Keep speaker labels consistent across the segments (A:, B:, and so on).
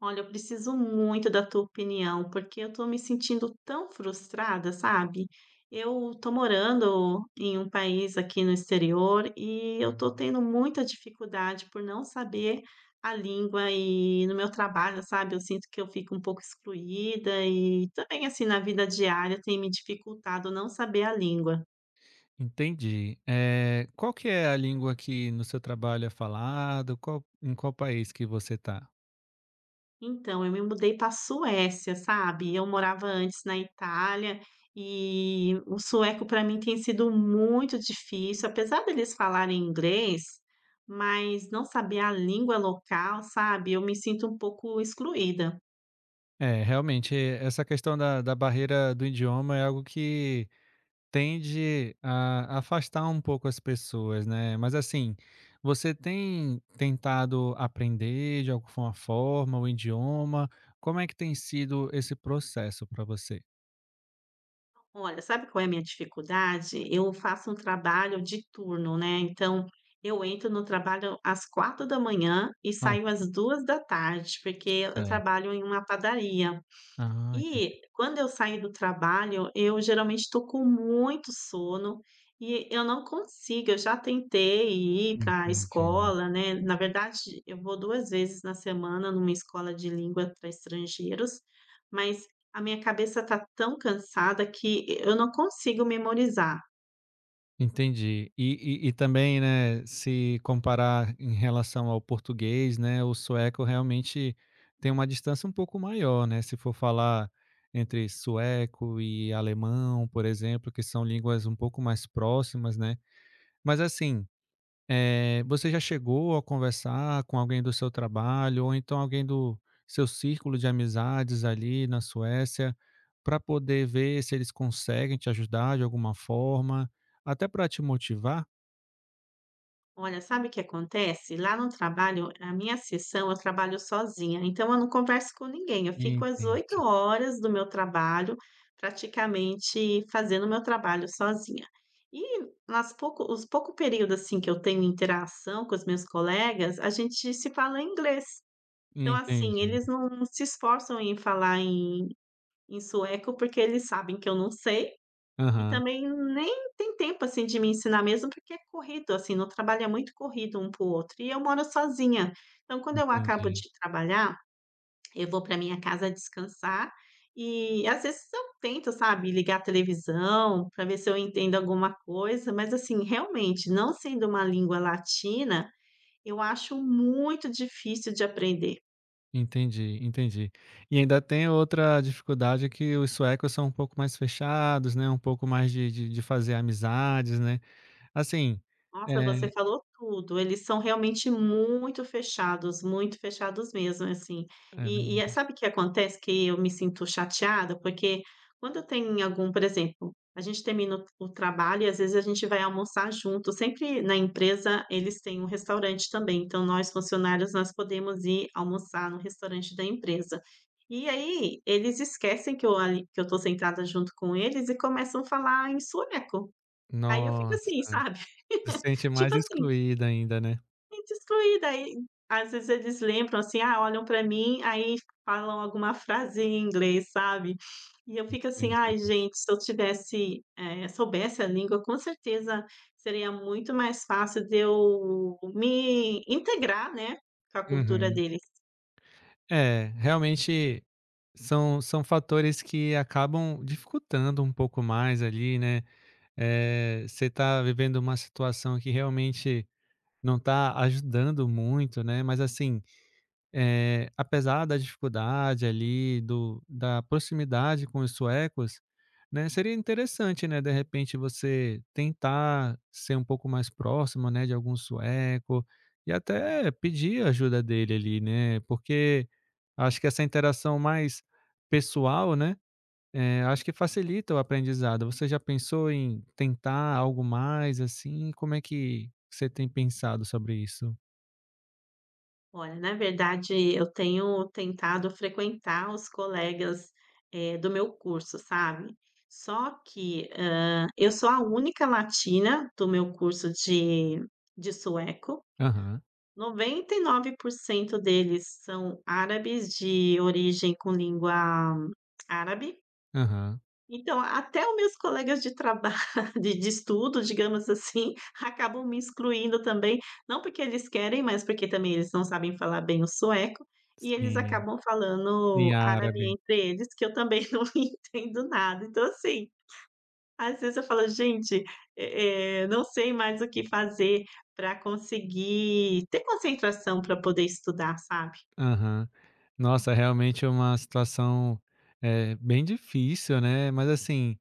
A: Olha, eu preciso muito da tua opinião, porque eu tô me sentindo tão frustrada, sabe? Eu tô morando em um país aqui no exterior e eu tô tendo muita dificuldade por não saber a língua e no meu trabalho, sabe? Eu sinto que eu fico um pouco excluída e também assim na vida diária tem me dificultado não saber a língua.
B: Entendi. Qual que é a língua que no seu trabalho é falado? Qual em qual país que você está?
A: Então, eu me mudei pra Suécia, sabe. Eu morava antes na Itália, e o sueco para mim tem sido muito difícil, apesar deles falarem inglês, mas não saber a língua local, sabe, eu me sinto um pouco excluída.
B: É, realmente, essa questão da barreira do idioma é algo que tende a afastar um pouco as pessoas, né. Mas assim, você tem tentado aprender de alguma forma o idioma? Como é que tem sido esse processo para você?
A: Olha, sabe qual é a minha dificuldade? Eu faço um trabalho de turno, né, então eu entro no trabalho às quatro da manhã e
B: Ah,
A: saio às duas da tarde, porque eu
B: certo.
A: trabalho em uma padaria.
B: Ah, entendi,
A: E quando eu saio do trabalho, eu geralmente estou com muito sono e eu não consigo. Eu já tentei ir para a
B: entendi.
A: escola, né? Na verdade, eu vou duas vezes na semana numa escola de língua para estrangeiros, mas a minha cabeça está tão cansada que eu não consigo memorizar.
B: Entendi. E também, né, se comparar em relação ao português, né, o sueco realmente tem uma distância um pouco maior, né, se for falar entre sueco e alemão, por exemplo, que são línguas um pouco mais próximas, né. Mas assim, você já chegou a conversar com alguém do seu trabalho ou então alguém do seu círculo de amizades ali na Suécia, para poder ver se eles conseguem te ajudar de alguma forma, até para te motivar?
A: Olha, sabe o que acontece? Lá no trabalho, a minha sessão eu trabalho sozinha, então eu não converso com ninguém. Eu fico às 8
B: Entendi,
A: horas do meu trabalho, praticamente fazendo meu trabalho sozinha. E nas pouco, os pouco período assim que eu tenho interação com os meus colegas, a gente se fala em inglês. Então, assim,
B: entendi.
A: eles não se esforçam em falar em sueco porque eles sabem que eu não sei. E
B: Aham,
A: também nem tem tempo, assim, de me ensinar mesmo, porque é corrido, assim, no trabalho é muito corrido um para o outro, e eu moro sozinha. Então quando eu acabo de
B: entendi,
A: trabalhar, eu vou para minha casa descansar, e às vezes eu tento, sabe, ligar a televisão para ver se eu entendo alguma coisa, mas assim, realmente, não sendo uma língua latina, eu acho muito difícil de aprender.
B: entendi, entendi. E ainda tem outra dificuldade: que os suecos são um pouco mais fechados, né, um pouco mais de fazer amizades, né, assim,
A: Nossa, você
B: eh,
A: falou tudo. Eles são realmente muito fechados mesmo, assim.
B: é
A: E é
B: verdade.
A: sabe o que acontece que eu me sinto chateada? Porque quando tem algum por exemplo, a gente termina o trabalho e às vezes a gente vai almoçar junto. Sempre na empresa eles têm um restaurante também, então nós funcionários, nós podemos ir almoçar no restaurante da empresa. E aí eles esquecem que eu ali que eu estou sentada junto com eles e começam a falar em sueco. Aí eu fico
B: Nossa.
A: assim, sabe,
B: Se sente mais
A: tipo assim,
B: excluída ainda, né.
A: gente excluída, aí às vezes eles lembram, assim, ah, olham pra mim, aí falam alguma frase em inglês, sabe, e eu fico assim: "Ai
B: Entendi.
A: gente, se eu tivesse, soubesse a língua, com certeza seria muito mais fácil de eu me integrar, né, com a cultura
B: Uhum.
A: deles".
B: É, realmente são são fatores que acabam dificultando um pouco mais ali, né. Você está vivendo uma situação que realmente não está ajudando muito, né, mas assim, apesar da dificuldade ali, do da proximidade com os suecos, né, seria interessante, né, de repente você tentar ser um pouco mais próximo, né, de algum sueco, e até pedir ajuda dele ali, né, porque acho que essa interação mais pessoal, né, acho que facilita o aprendizado. Você já pensou em tentar algo mais, assim? Como é que você tem pensado sobre isso?
A: Olha, na verdade, eu tenho tentado frequentar os colegas, do meu curso, sabe, só que eu sou a única latina do meu curso de sueco.
B: Aham,
A: 99% deles são árabes de origem com língua árabe.
B: aham,
A: Então, até os meus colegas de trabalho, de estudo, digamos assim, acabam me excluindo também, não porque eles querem, mas porque também eles não sabem falar bem o sueco, e eles
B: sim.
A: acabam
B: Em
A: falando árabe
B: árabe.
A: entre eles, que eu também não entendo nada. Então, assim, às vezes eu falo: "Gente, não sei mais o que fazer para conseguir ter concentração para poder estudar", sabe.
B: Aham. Nossa, realmente é uma situação, bem difícil, né, mas assim,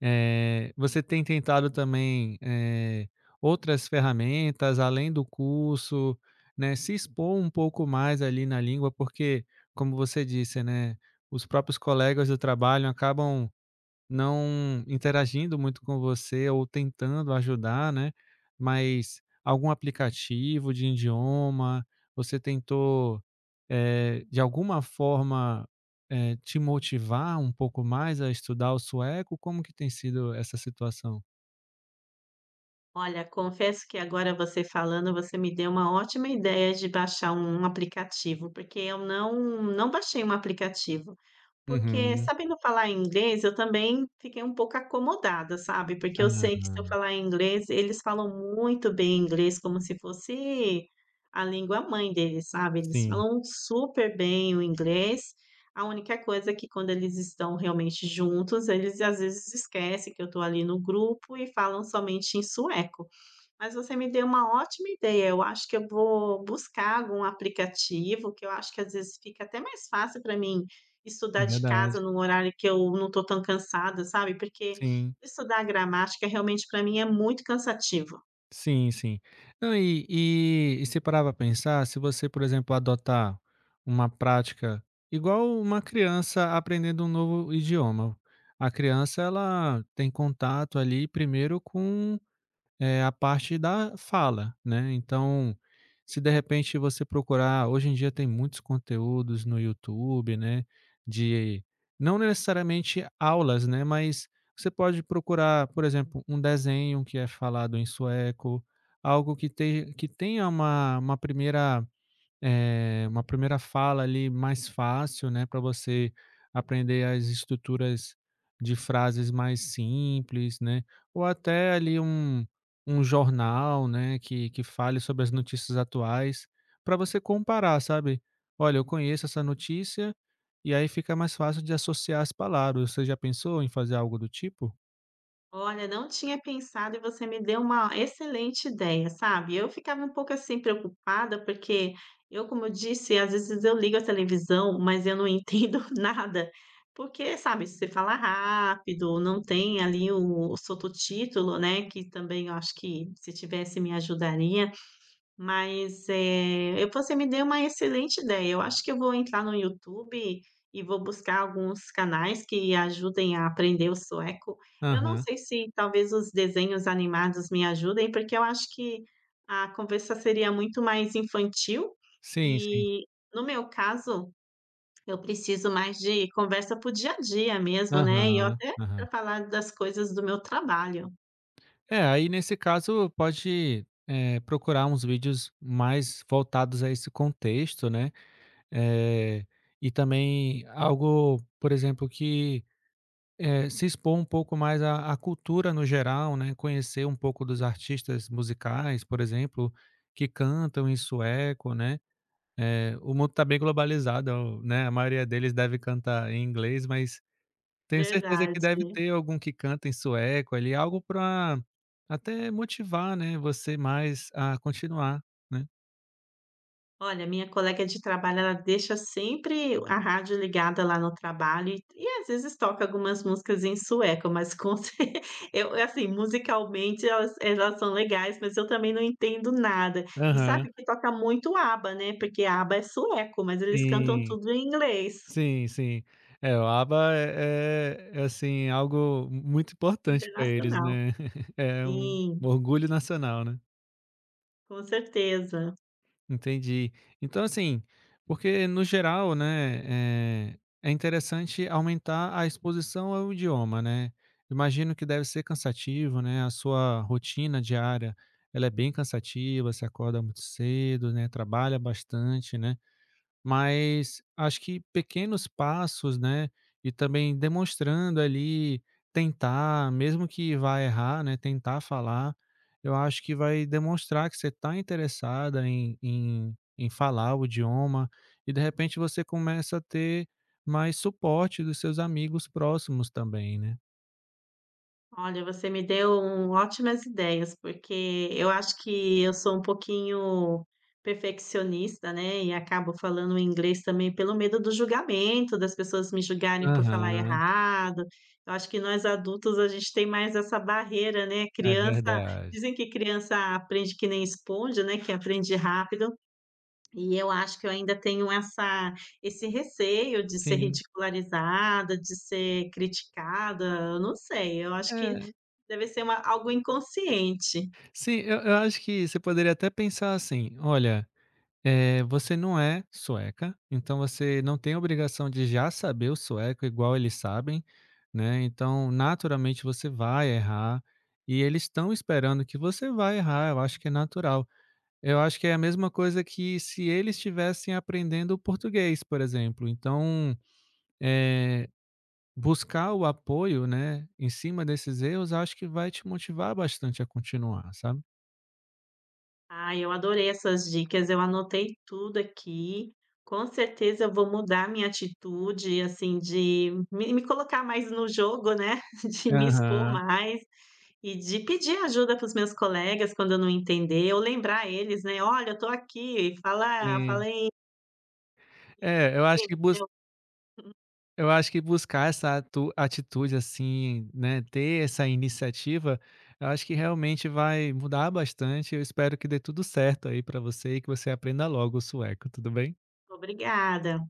B: você tem tentado também, outras ferramentas além do curso, né, se expor um pouco mais ali na língua, porque, como você disse, né, os próprios colegas do trabalho acabam não interagindo muito com você ou tentando ajudar, né, mas algum aplicativo de idioma, você tentou, de alguma forma, te motivar um pouco mais a estudar o sueco? Como que tem sido essa situação?
A: Olha, confesso que agora você falando, você me deu uma ótima ideia de baixar um aplicativo, porque eu não baixei um aplicativo. Porque
B: Uhum.
A: sabendo falar inglês, eu também fiquei um pouco acomodada, sabe, porque eu sei que se eu
B: Ah,
A: falar inglês, eles falam muito bem inglês, como se fosse a língua mãe deles, sabe, eles
B: sim,
A: falam super bem o inglês. A única coisa é que quando eles estão realmente juntos, eles às vezes esquecem que eu estou ali no grupo e falam somente em sueco. Mas você me deu uma ótima ideia. Eu acho que eu vou buscar algum aplicativo, que eu acho que às vezes fica até mais fácil para mim estudar
B: é
A: de
B: verdade.
A: casa num horário que eu não estou tão cansada, sabe? Porque
B: Sim.
A: estudar gramática realmente para mim é muito cansativo.
B: Sim, sim. Não, e você parar pra pensar, se você, por exemplo, adotar uma prática igual uma criança aprendendo um novo idioma. A criança, ela tem contato ali primeiro com é a parte da fala, né. Então, se de repente você procurar, hoje em dia tem muitos conteúdos no YouTube, né, de não necessariamente aulas, né, mas você pode procurar, por exemplo, um desenho que é falado em sueco, algo que te que tenha uma primeira uma primeira fala ali mais fácil, né, para você aprender as estruturas de frases mais simples, né? Ou até ali um, um jornal, né, que fale sobre as notícias atuais, para você comparar, sabe? Olha, eu conheço essa notícia, e aí fica mais fácil de associar as palavras. Você já pensou em fazer algo do tipo?
A: Olha, não tinha pensado e você me deu uma excelente ideia, sabe. Eu ficava um pouco, assim, preocupada, porque eu, como eu disse, às vezes eu ligo a televisão, mas eu não entendo nada, porque, sabe, se você fala rápido, não tem ali o sototítulo, né, que também eu acho que se tivesse me ajudaria. Mas, eh, eu você me deu uma excelente ideia. Eu acho que eu vou entrar no YouTube e vou buscar alguns canais que ajudem a aprender o sueco. Eu não
B: Aham.
A: sei se talvez os desenhos animados me ajudem, porque eu acho que a conversa seria muito mais infantil
B: Sim, sim.
A: e, no meu caso, eu preciso mais de conversa para o dia a dia mesmo, né, e eu
B: Aham.
A: até
B: Aham.
A: para falar das coisas do meu trabalho.
B: É, aí nesse caso pode, procurar uns vídeos mais voltados a esse contexto, né, eh, e também algo, por exemplo, que, se expor um pouco mais à cultura no geral, né, conhecer um pouco dos artistas musicais, por exemplo, que cantam em sueco, né, o mundo está bem globalizado, né, a maioria deles deve cantar em inglês, mas tenho certeza que deve
A: Verdade.
B: ter algum que canta em sueco ali, algo para até motivar, né, você mais a continuar, né.
A: Olha, minha colega de trabalho, ela deixa sempre a rádio ligada lá no trabalho e às vezes toca algumas músicas em sueco, mas com cer eu assim, musicalmente elas são legais, mas eu também não entendo nada. E
B: Aham.
A: sabe que toca muito ABBA, né, porque ABBA é sueco, mas eles cantam
B: Sim,
A: tudo em inglês,
B: sim, sim. É, o ABBA é, assim, algo muito importante para eles,
A: internacional.
B: né. É um
A: Sim,
B: orgulho nacional, né.
A: com certeza.
B: Entendi. Então, assim, porque no geral, né, é interessante aumentar a exposição ao idioma, né? Imagino que deve ser cansativo, né? A sua rotina diária, ela é bem cansativa, você acorda muito cedo, né? Trabalha bastante, né? Mas acho que pequenos passos, né, e também demonstrando ali, tentar, mesmo que vá errar, né, tentar falar, eu acho que vai demonstrar que você está interessada em em falar o idioma e de repente você começa a ter mais suporte dos seus amigos próximos também, né.
A: Olha, você me deu ótimas ideias, porque eu acho que eu sou um pouquinho perfeccionista, né? E acabo falando inglês também pelo medo do julgamento, das pessoas me julgarem por falar
B: Aham,
A: errado. Eu acho que nós adultos a gente tem mais essa barreira, né?
B: é
A: Criança,
B: verdade.
A: dizem que criança aprende que nem esponja, né? Que aprende rápido. E eu acho que eu ainda tenho esse receio de ser
B: Sim.
A: ridicularizada, de ser criticada. Eu não sei, eu acho que
B: É,
A: deve ser uma algo inconsciente.
B: sim, eu acho que você poderia até pensar assim: "Olha, você não é sueca, então você não tem obrigação de já saber o sueco igual eles sabem, né, então naturalmente você vai errar, e eles estão esperando que você vai errar, eu acho que é natural. Eu acho que é a mesma coisa que se eles estivessem aprendendo português, por exemplo, então, eh, buscar o apoio, né, em cima desses erros, acho que vai te motivar bastante a continuar, sabe.
A: Ah, eu adorei essas dicas, eu anotei tudo aqui. Com certeza eu vou mudar minha atitude, assim, de me colocar mais no jogo, né, de me expor
B: Aham,
A: mais e de pedir ajuda para os meus colegas quando eu não entender, ou lembrar eles, né: "Olha, eu tô aqui, fala
B: sim.
A: falei.
B: É, eu acho que bus Eu acho que buscar essa atu atitude, assim, né, ter essa iniciativa, eu acho que realmente vai mudar bastante. Eu espero que dê tudo certo aí pra você e que você aprenda logo o sueco, tudo bem?
A: Obrigada".